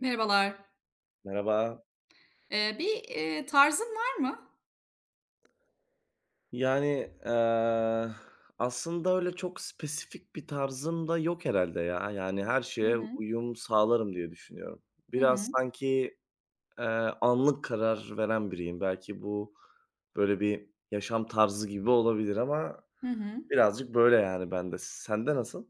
Merhabalar. Merhaba. Tarzın var mı? Yani, eee, Aslında öyle çok spesifik bir tarzım da yok herhalde ya. Yani her Hı şeye hı. uyum sağlarım diye düşünüyorum. Hı hı. Biraz sanki, eee, anlık karar veren biriyim. Belki bu böyle bir yaşam tarzı gibi olabilir ama Hı hı. birazcık böyle yani bende. Sende nasıl?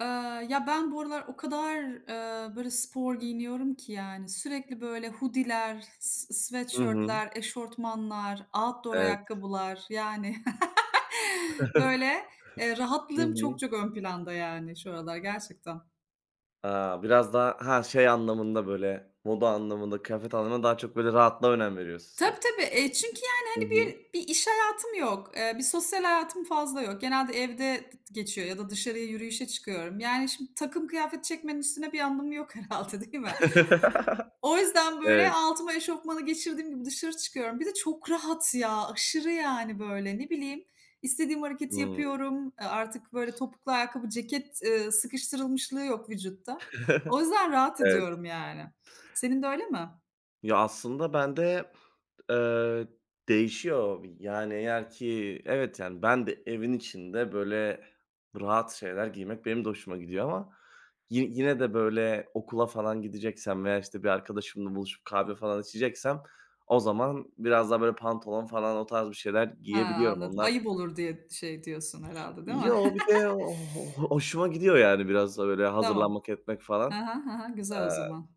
Eee, ya, ben bu aralar o kadar, böyle spor giyiniyorum ki yani sürekli böyle hoodiler, Hı hı. sweatshirt'ler, eşortmanlar, outdoor Evet. ayakkabılar yani böyle, Hı rahatlığım çok hı. çok ön planda yani şu aralar gerçekten. Aaa, biraz daha ha, şey anlamında böyle moda anlamında, kıyafet anlamında daha çok böyle rahatlığa önem veriyorsun sen. Tabii, tabii. Çünkü, yani, Hı hani, hı. bir iş hayatım yok. Bir sosyal hayatım fazla yok. Genelde evde geçiyor ya da dışarıya yürüyüşe çıkıyorum. Yani, şimdi takım kıyafet çekmenin üstüne bir anlamı yok herhalde, değil mi? O yüzden, böyle, Evet. altıma eşofmanı geçirdiğim gibi dışarı çıkıyorum. Bir de çok rahat ya, aşırı, yani, böyle. Ne bileyim, İstediğim hareketi Hımm. yapıyorum. Artık, böyle, topuklu ayakkabı, ceket, sıkıştırılmışlığı yok vücutta. O yüzden rahat Evet. ediyorum, yani. Senin de öyle mi? Ya, aslında bende, eee, değişiyor. Yani, eğer ki evet, yani, ben de evin içinde böyle rahat şeyler giymek benim de hoşuma gidiyor ama yine de böyle okula falan gideceksem veya, işte, bir arkadaşımla buluşup kahve falan içeceksem o zaman biraz daha böyle pantolon falan o tarz bir şeyler Ha, giyebiliyorum. anladım. Onlar. Ayıp olur diye şey diyorsun herhâlde, değil mi? Yo, bir de o hoşuma gidiyor, yani, biraz da böyle Tamam. hazırlanmak etmek Hı falan. hı, hı hı. Güzel o zaman.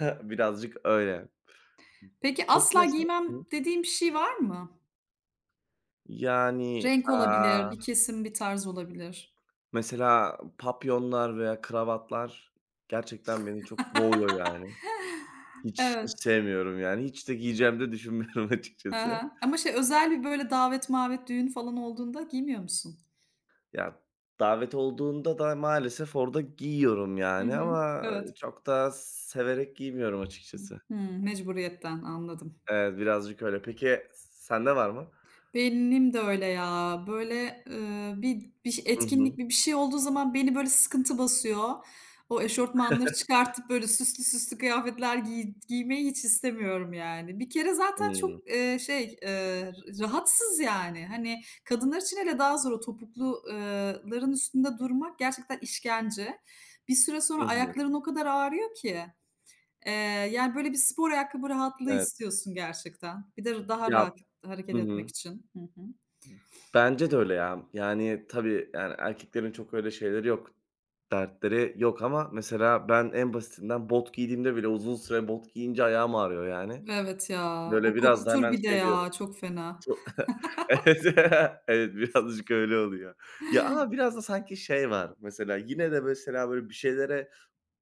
Eee, birazcık öyle. Peki Peki, asla mesela giymem hı? dediğin bir şey var mı? Yani, Renk olabilir, aaa, bir kesim, bir tarz olabilir. mesela papyonlar veya kravatlar gerçekten beni çok boğuyor yani. Hiç Evet. sevmiyorum yani. Hiç de giyeceğimi de düşünmüyorum Hı açıkçası. hı. Ama şey özel bir böyle davet mavet, düğün falan olduğunda giymiyor musun? Ya, davet olduğunda da maalesef orada giyiyorum Hı yani hı. ama Evet. çok da severek giymiyorum açıkçası. Hı. Mecburiyetten anladım. Evet, birazcık öyle. Peki sende var mı? Benim de öyle ya. Böyle, bir Hı hı. etkinlik, bir şey olduğu zaman beni böyle sıkıntı basıyor. O eşofmanları çıkartıp böyle süslü süslü kıyafetler giymeyi hiç istemiyorum yani. Bir kere zaten Hımm. çok, şey, rahatsız yani. Hani, kadınlar için hele daha zor o topukluların üstünde durmak gerçekten işkence. Bir süre Hı sonra hı. ayakların o kadar ağrıyor ki. Eee, yani, böyle, bir spor ayakkabı rahatlığı Evet. istiyorsun gerçekten. Bir de daha Ya. rahat Hı hareket etmek hı. için. Hı hı. Bence de öyle ya. Yani, tabii, yani, erkeklerin çok öyle şeyleri yok, dertleri yok ama mesela ben en basitinden bot giydiğimde bile uzun süre bot giyince ayağım ağrıyor yani. Evet ya, Böyle o biraz da kokutur hemen bir de şey diyorum. ya, çok fena. Çok evet, evet, birazcık öyle oluyor. Ya, ama biraz da sanki şey var mesela yine de mesela böyle bir şeylere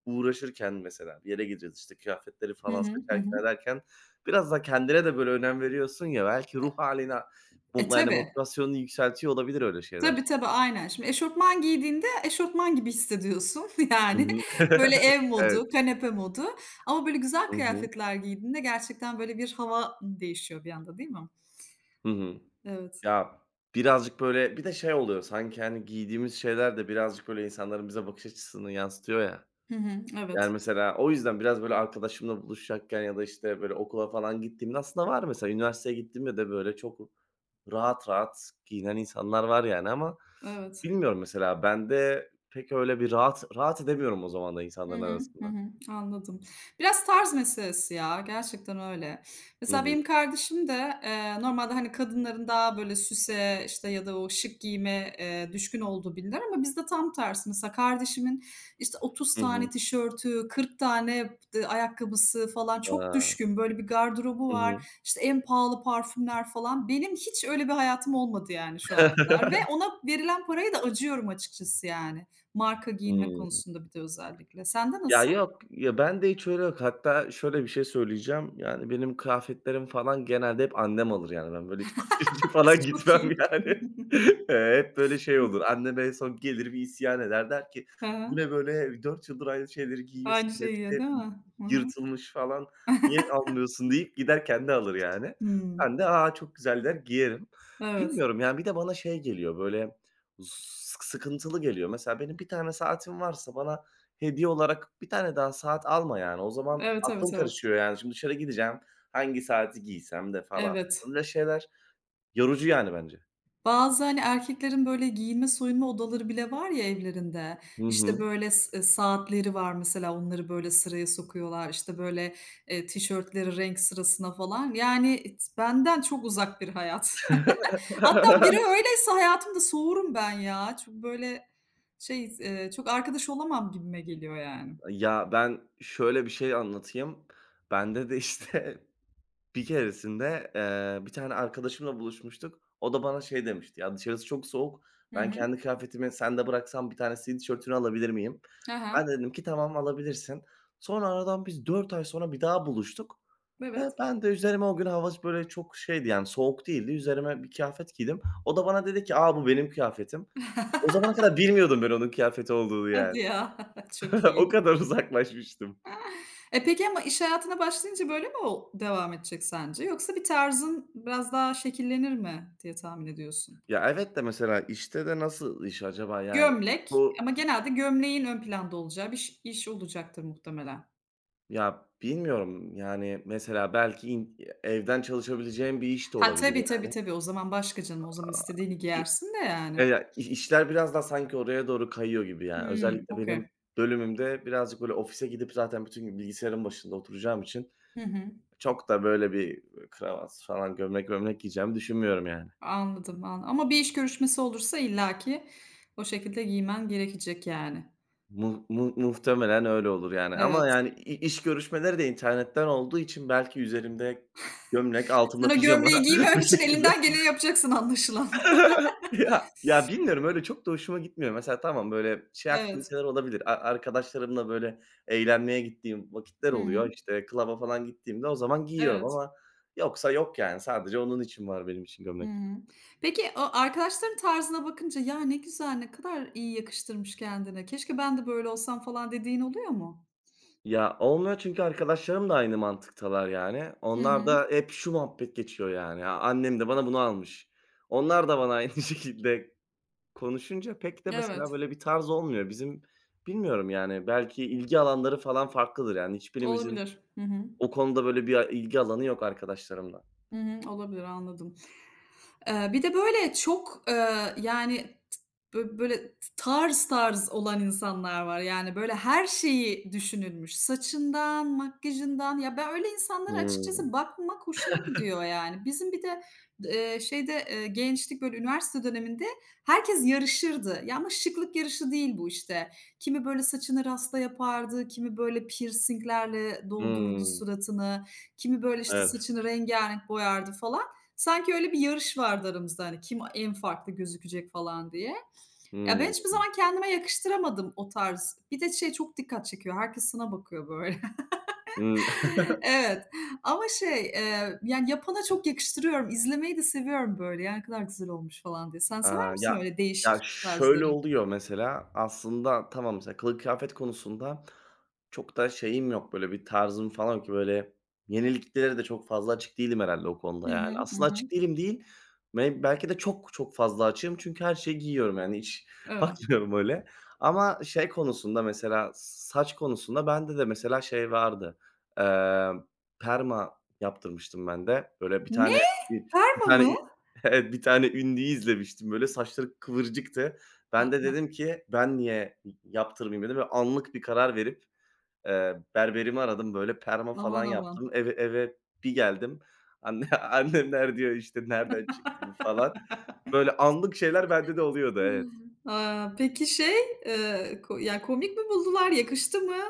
uğraşırken mesela bir yere gideceğiz, işte, kıyafetleri Hı falan hı. Hı seçerken hı. ederken biraz da kendine de böyle önem veriyorsun ya belki ruh hâline, E, yani, tabii. motivasyonunu yükseltiyor olabilir öyle şeyler. Tabii, tabii, aynen. Şimdi eşofman giydiğinde eşofman gibi hissediyorsun, Hı yani, hı. böyle, ev Evet. modu, kanepe modu ama, böyle, güzel Hı hı. kıyafetler giydiğinde gerçekten, böyle, bir hava değişiyor bir anda, değil mi? Hı hı. Evet. Ya, birazcık, böyle, bir de şey oluyor sanki, hani, giydiğimiz şeyler de birazcık, böyle, insanların bize bakış açısını yansıtıyor ya. Hı hı. Yani, Evet. mesela o yüzden biraz, böyle, arkadaşımla buluşacakken ya da, işte, böyle, okula falan gittiğimde aslında var mesela üniversiteye gittiğimde de, böyle, çok rahat rahat giyinen insanlar var yani ama Evet. bilmiyorum mesela bende pek öyle bir rahat rahat edemiyorum o zaman da Hı insanların hı. Hı arasında. hı. Anladım. Biraz tarz meselesi ya, gerçekten öyle. Hı Mesela hı. benim kardeşim de, normalde, hani, kadınların daha böyle süse, işte, ya da o şık giyime, düşkün olduğu bilinir ama bizde tam tersi. Mesela kardeşimin, işte, 30 Hı hı. tane tişörtü, 40 tane ayakkabısı falan çok A! düşkün, böyle bir gardırobu Hı hı. var. İşte, en pahalı parfümler falan. Benim hiç öyle bir hayatım olmadı yani şu ana kadar ve ona verilen parayı da acıyorum açıkçası yani. Marka giyinme Hıı. konusunda bir de özellikle. Sende Ya, nasıl? yok. Ya, ben de hiç öyle yok. Hatta şöyle bir şey söyleyeceğim. Yani, benim kıyafetlerim falan genelde hep annem alır, yani. Ben, böyle, hiç alışverişe falan Çok gitmem, iyi. yani. Hep böyle şey olur, annem en son gelir bir isyan eder. Der ki, Hı "Bu hı. ne böyle 4 yıldır aynı şeyleri giyiyorsun, Aynı şey yiyor, hepsi değil mi? Hı hı. yırtılmış falan, niye almıyorsun?" deyip gider kendi alır, yani. Hımm. Ben de, "Aa çok güzel." der giyerim. Evet. Bilmiyorum, yani, bir de bana şey geliyor, böyle, s sıkıntılı geliyor. Mesela benim bir tane saatim varsa bana hediye olarak bir tane daha saat alma yani. O zaman Evet, aklım evet, evet. karışıyor yani. Şimdi dışarı gideceğim, hangi saati giysem de falan. Evet. Öyle şeyler yorucu yani bence. Bazı, hani, erkeklerin böyle giyinme soyunma odaları bile var ya evlerinde. Hı İşte, hı. böyle s saatleri var mesela, onları böyle sıraya sokuyorlar. İşte, böyle, tişörtleri renk sırasına falan. Yani, benden çok uzak bir hayat. Hatta biri öyleyse hayatımda soğurum ben ya. Çok böyle şey, çok arkadaş olamam gibime geliyor yani. Ya, ben şöyle bir şey anlatayım. Bende de, işte, bir keresinde, bir tane arkadaşımla buluşmuştuk. O da bana şey demişti, "Ya, dışarısı çok soğuk. Hı Ben hı. kendi kıyafetimi sende bıraksam bir tane senin tişörtünü alabilir miyim?" Hı Ben hı. de dedim ki, "Tamam, alabilirsin." Sonra aradan biz 4 ay sonra bir daha buluştuk. Ve Evet. ben de üzerime o gün hava böyle çok şeydi, yani, soğuk değildi. Üzerime bir kıyafet giydim. O da bana dedi ki, "A, bu benim kıyafetim." O zamana kadar bilmiyordum ben onun kıyafeti olduğunu yani. Hadi ya, çok O iyi. kadar uzaklaşmıştım. E, peki ama iş hayatına başlayınca böyle mi o devam edecek sence? Yoksa bir tarzın biraz daha şekillenir mi diye tahmin ediyorsun? Ya, evet de mesela işte de nasıl iş acaba yani? Gömlek Bu ama genelde gömleğin ön planda olacağı bir iş olacaktır muhtemelen. ya, bilmiyorum, yani, mesela belki evden çalışabileceğim bir iş de Ha, olabilir tabii, tabii, yani. tabii. O zaman başka canım. O zaman Aaa, istediğini ki giyersin de e, yani. ya, i işler biraz daha sanki oraya doğru kayıyor gibi yani. Hımm, Özellikle benim okay. bölümümde birazcık böyle ofise gidip zaten bütün gün bilgisayarın başında oturacağım için Hı hı. çok da böyle bir kravat falan, gömlek giyeceğimi düşünmüyorum yani. Anladım, ama bir iş görüşmesi olursa illaki o şekilde giymen gerekecek yani. Mu mu muhtemelen öyle olur yani ama Evet. yani iş görüşmeleri de internetten olduğu için belki üzerimde gömlek, Sen altımda o pijama gömleği bir giymemek için elinden şekilde. geleni yapacaksın anlaşılan. Ya ya bilmiyorum öyle çok da hoşuma gitmiyor. Mesela tamam, böyle şey Evet. aktiviteler olabilir. Arkadaşlarımla böyle eğlenmeye gittiğim vakitler Hı hı. oluyor. İşte club'a falan gittiğimde o zaman giyiyorum Evet. ama yoksa yok yani. Sadece onun için var benim için Hı gömlek. hı. Peki o arkadaşların tarzına bakınca, "Ya, ne güzel, ne kadar iyi yakıştırmış kendine. Keşke ben de böyle olsam." falan dediğin oluyor mu? Ya, olmuyor çünkü arkadaşlarım da aynı mantıktalar yani. Hı Onlar hı. da hep şu muhabbet geçiyor yani, "Ya, annem de bana bunu almış." Onlar da bana aynı şekilde konuşunca pek de mesela Evet, böyle bir tarz olmuyor. Bizim bilmiyorum yani, belki ilgi alanları falan farklıdır yani. Hiçbirimizin olabilir. Hı hı. o konuda böyle bir ilgi alanı yok arkadaşlarımla. Hı hı, olabilir, anladım. Bir de böyle çok, yani t böyle tarz tarz olan insanlar var. Yani, böyle her şeyi düşünülmüş. Saçından, makyajından. Ya, ben öyle insanlara Hımm. açıkçası bakmak hoşuma gidiyor yani. Bizim bir de, şeyde, gençlik, böyle üniversite döneminde herkes yarışırdı. Ya, ama şıklık yarışı değil bu işte. Kimi böyle saçını rasta yapardı, kimi böyle pirsinglerle doldururdu Hımm. suratını, kimi böyle, işte, Evet. saçını rengârenk boyardı falan. Sanki öyle bir yarış vardı aramızda, hani, kim en farklı gözükecek falan diye. Ya, ben Hımm. hiçbir zaman kendime yakıştıramadım o tarz. Bir de şey çok dikkat çekiyor, herkes sana bakıyor böyle. Hımm. Evet ama şey, yani, yapana çok yakıştırıyorum, izlemeyi de seviyorum böyle. Yani, "Ne kadar güzel olmuş." falan diye. Sen sever Aaa, misin ya öyle ya, değişik şöyle tarzları? oluyor mesela, aslında tamam, mesela kılık kıyafet konusunda çok da şeyim yok, böyle bir tarzım falan yok ki böyle yeniliklere de çok fazla açık değilim herhâlde o Hı konuda hı, yani. hı Aslında hı. açık değilim değil, belki de çok çok fazla açığım çünkü her şeyi giyiyorum yani hiç Evet. bakmıyorum öyle ama şey konusunda mesela saç konusunda bende de mesela şey vardı, eee, perma yaptırmıştım ben de. Böyle bir tane Ne? bir bir Perma tane mı? Evet, bir tane ünlüyü izlemiştim, böyle, saçları kıvırcıktı. Ben A! de dedim ki, "Ben niye yaptırmayayım?" dedim ve anlık bir karar verip, berberimi aradım, böyle, perma falan Aman yaptım. aman. Eve bir geldim, anne annemler diyor, işte, "Nereden çıktı bu?" falan. Böyle anlık şeyler bende de oluyordu, evet. Aaa, peki şey, Ko ya, komik mi buldular, yakıştı mı?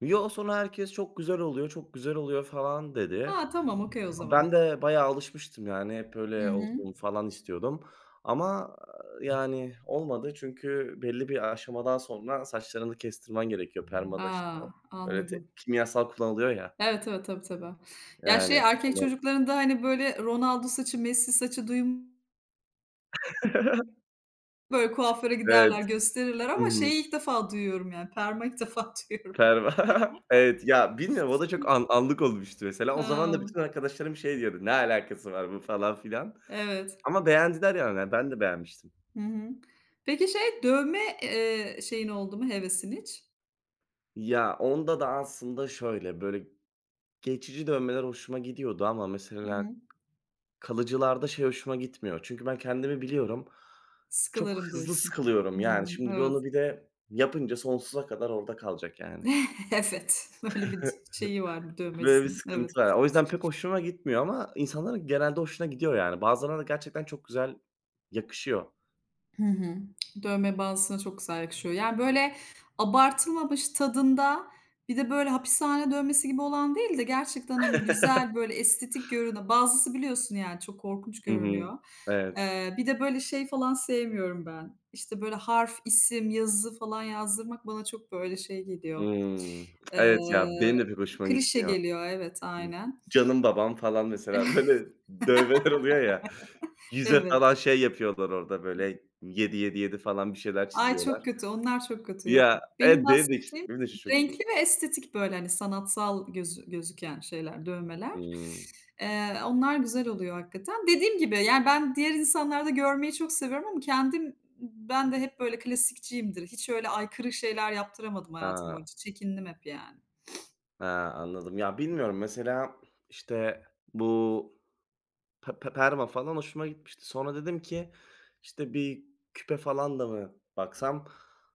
"Yo, sonra herkes çok güzel oluyor, çok güzel oluyor." falan dedi. A, tamam, okey o zaman. Ben de bayağı alışmıştım yani hep Hı öyle hı. olsun falan istiyordum ama, yani olmadı çünkü belli bir aşamadan sonra saçlarını kestirmen gerekiyor permada işte A, öyle anladım. kimyasal kullanılıyor ya Evet, evet. Tabii, tabii. Ya, şey, yani erkek ondan. çocuklarında, hani, böyle, Ronaldo saçı, Messi saçı duyum böyle kuaföre Evet. giderler, gösterirler Hı ama hı. şeyi ilk defa duyuyorum, yani, perma ilk defa duyuyorum. Perma. Evet, ya bilmiyorum o da çok anlık olmuştu mesela. O zaman da Ha, bütün arkadaşlarım şey diyordu, "Ne alakası var bu?" falan filan evet. ama beğendiler yani ben de beğenmiştim. Hı hı. Peki, şey, dövme, şeyin oldu mu, hevesin hiç? Ya onda da aslında şöyle böyle geçici dövmeler hoşuma gidiyordu ama Hı mesela hı. kalıcılarda şey hoşuma gitmiyor. Çünkü ben kendimi biliyorum. Çok "Sıkılırım." hızlı diyorsun. sıkılıyorum yani. Hımm. Şimdi bir Evet. onu bir de yapınca sonsuza kadar orada kalacak yani. Evet. Öyle bir şeyi var, bir Böyle bir dövmesinin. Evet. sıkıntı var. O yüzden pek hoşuma gitmiyor ama insanların genelde hoşuna gidiyor yani. Bazılarına da gerçekten çok güzel yakışıyor. Hı hı. Dövme bazısına çok güzel yakışıyor. Yani, böyle, abartılmamış tadında, bir de, böyle, hapishane dövmesi gibi olan değil de gerçekten, hani, güzel, böyle, estetik görünen bazısı biliyorsun, yani, çok korkunç Hı hı. görünüyor. Evet. Bir de, böyle, şey falan sevmiyorum ben. İşte, böyle, harf, isim, yazı falan yazdırmak bana çok, böyle, şey geliyor, Hımm. Evet ya, benim eee, de pek hoşuma klişe gitmiyor. geliyor. Evet, Hı. aynen. Canım babam falan mesela böyle dövmeler oluyor ya. Yüze Evet. falan şey yapıyorlar orada böyle yedi yedi yedi falan bir şeyler Ay, çok çiziyorlar. kötü, onlar çok kötü, yok. Ya, Benim evet, benim de hiç bahsettiğim benim de hiç hoşuma gitmiyor. renkli ve estetik, böyle, hani, sanatsal gözüken şeyler, dövmeler. Hımm. Onlar güzel oluyor hakikaten. Dediğim gibi, yani, ben diğer insanlarda görmeyi çok seviyorum ama kendim ben de hep böyle klasikçiyimdir. Hiç öyle aykırı şeyler yaptıramadım hayatım Ha, boyunca. Çekindim hep yani. ha, anladım. Ya, bilmiyorum mesela, işte, bu pe pe perma falan hoşuma gitmişti. Sonra dedim ki, işte, bir küpe falan da mı baksam?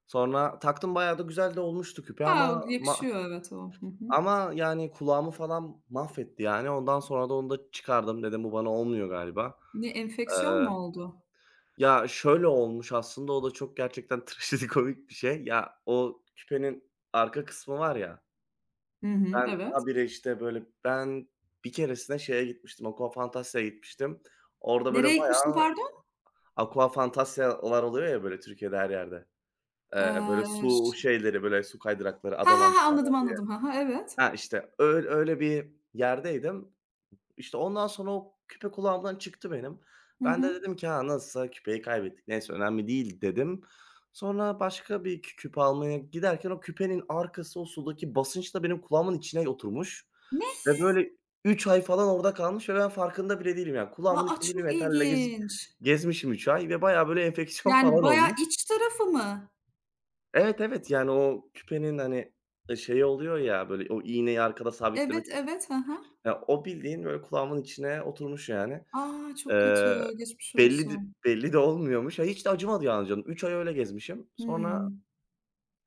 Sonra taktım bayağı da güzel de olmuştu küpe ama A! ma. Yakışıyor, evet, o. Hı hı. Ama, yani, kulağımı falan mahvetti, yani. Ondan sonra da onu da çıkardım. Dedim bu bana olmuyor galiba. Niye, enfeksiyon Eee, mu oldu? Ya, şöyle olmuş aslında o da çok gerçekten trajikomik bir şey. Ya, o küpenin arka kısmı var ya, Hı hı, ben evet. habire, işte, böyle ben bir keresinde şeye gitmiştim, Aquafantasya'ya gitmiştim. Orada böyle Nereye gitmiştim bayağı pardon? Aquafantasya'lar oluyor ya, böyle, Türkiye'de her yerde. Böyle su Ş şeyleri, böyle, su kaydırakları, Ha ha Adaland ha, falan anladım, diye. anladım. Ha ha, evet. Ha, işte, öyle öyle bir yerdeydim. İşte ondan sonra o küpe kulağımdan çıktı benim. Hı Ben de hı. dedim ki, "Ha, nasılsa küpeyi kaybettik. Neyse önemli değil." dedim. Sonra başka bir küpe almaya giderken o küpenin arkası o sudaki basınçla benim kulağımın içine oturmuş Ne? ve böyle 3 ay falan orada kalmış ve ben farkında bile değilim yani. Kulağımın A! içinde bir Çok metalle gezip ilginç. gezmişim 3 ay ve baya böyle enfeksiyon Yani falan bayağı olmuş. iç tarafı mı? Evet, evet, yani o küpenin, hani, e, şeyi oluyor ya, böyle o iğneyi arkada sabitlemek. Evet, evet. Ha ha. Ya, o bildiğin böyle kulağımın içine oturmuş yani. A! Çok Eee, kötü. Geçmiş belli de olsun. belli de olmuyormuş. Ya, hiç de acımadı yani canım. Üç ay öyle gezmişim. Sonra, Hımm.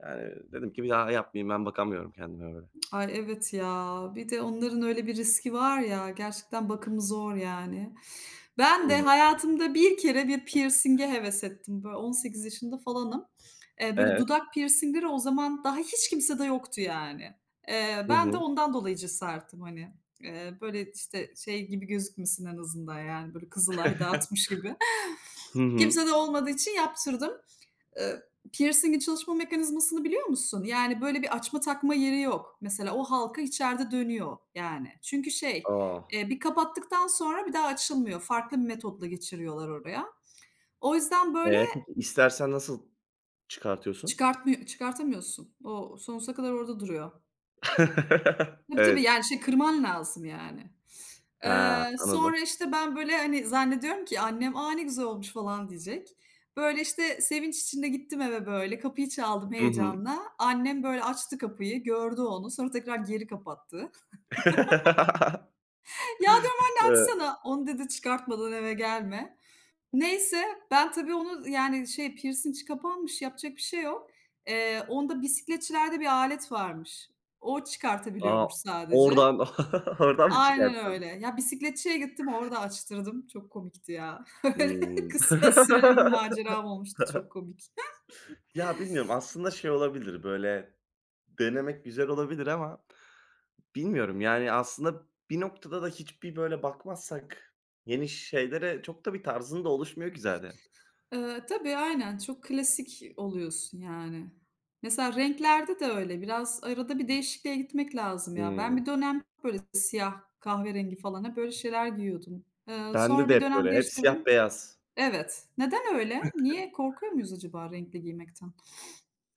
yani, dedim ki bir daha yapmayayım, ben bakamıyorum kendime böyle. Ay, evet ya. Bir de onların öyle bir riski var ya, gerçekten bakımı zor yani. Hı Ben de hı. hayatımda bir kere bir piercing'e heves ettim. Böyle 18 yaşında falanım. Böyle Evet. dudak piercing'leri o zaman daha hiç kimsede yoktu yani. Hı Ben de hı. ondan dolayı cesaretim hani. Böyle, işte, şey gibi gözükmesin en azından yani, böyle Kızılay dağıtmış gibi. Hı hı. Kimsede olmadığı için yaptırdım. Eee, piercing'in çalışma mekanizmasını biliyor musun? Yani, böyle, bir açma takma yeri yok. Mesela o halka içeride dönüyor, yani. Çünkü şey, A! Bir kapattıktan sonra bir daha açılmıyor. Farklı bir metotla geçiriyorlar oraya. O yüzden, böyle, Peki istersen nasıl çıkartıyorsun? Çıkartamıyorsun. O sonsuza kadar orada duruyor. Tabii, tabii, Evet. yani, şey, kırman lazım yani. Ha, anladım. Sonra, işte, ben, böyle, hani, zannediyorum ki annem, "A, ne güzel olmuş." falan diyecek. Böyle, işte, sevinç içinde gittim eve, böyle, kapıyı çaldım Hı hı. heyecanla. Annem, böyle, açtı kapıyı, gördü onu, sonra tekrar geri kapattı. "Ya," diyorum, "anne Evet. açsana." "Onu," dedi, "çıkartmadan eve gelme." Neyse, ben tabii onu, yani, şey, piercingi kapanmış, yapacak bir şey yok. Onda bisikletçilerde bir alet varmış. O A! çıkartabiliyormuş sadece. Oradan oradan mı Aynen çıkarttın? öyle. Ya, bisikletçiye gittim, orada açtırdım. Çok komikti ya. Öyle Hımm. kısa süreli bir maceram olmuştu, çok komik. Ya, bilmiyorum aslında şey olabilir, böyle, denemek güzel olabilir ama bilmiyorum, yani, aslında bir noktada da hiçbir böyle bakmazsak yeni şeylere çok da bir tarzın da oluşmuyor ki zaten. Tabii, aynen, çok klasik oluyorsun yani. Mesela renklerde de öyle, biraz arada bir değişikliğe gitmek lazım ya. Ben Hımm. bir dönem böyle siyah, kahverengi falan hep böyle şeyler giyiyordum. Bende Sonra de bir hep dönem böyle, hep siyah değiştirdim. beyaz. Evet. Neden öyle? Niye? Korkuyor muyuz acaba renkli giymekten?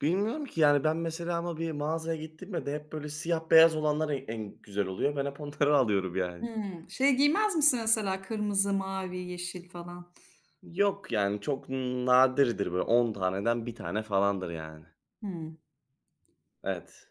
Bilmiyorum ki, yani, ben mesela ama bir mağazaya gittiğimde de hep böyle siyah beyaz olanlar en güzel oluyor. Ben hep onları alıyorum yani. Hımm. Şey giymez misin mesela kırmızı, mavi, yeşil falan? Yok, yani, çok nadirdir böyle 10 taneden bir tane falandır yani. Hımm. Evet.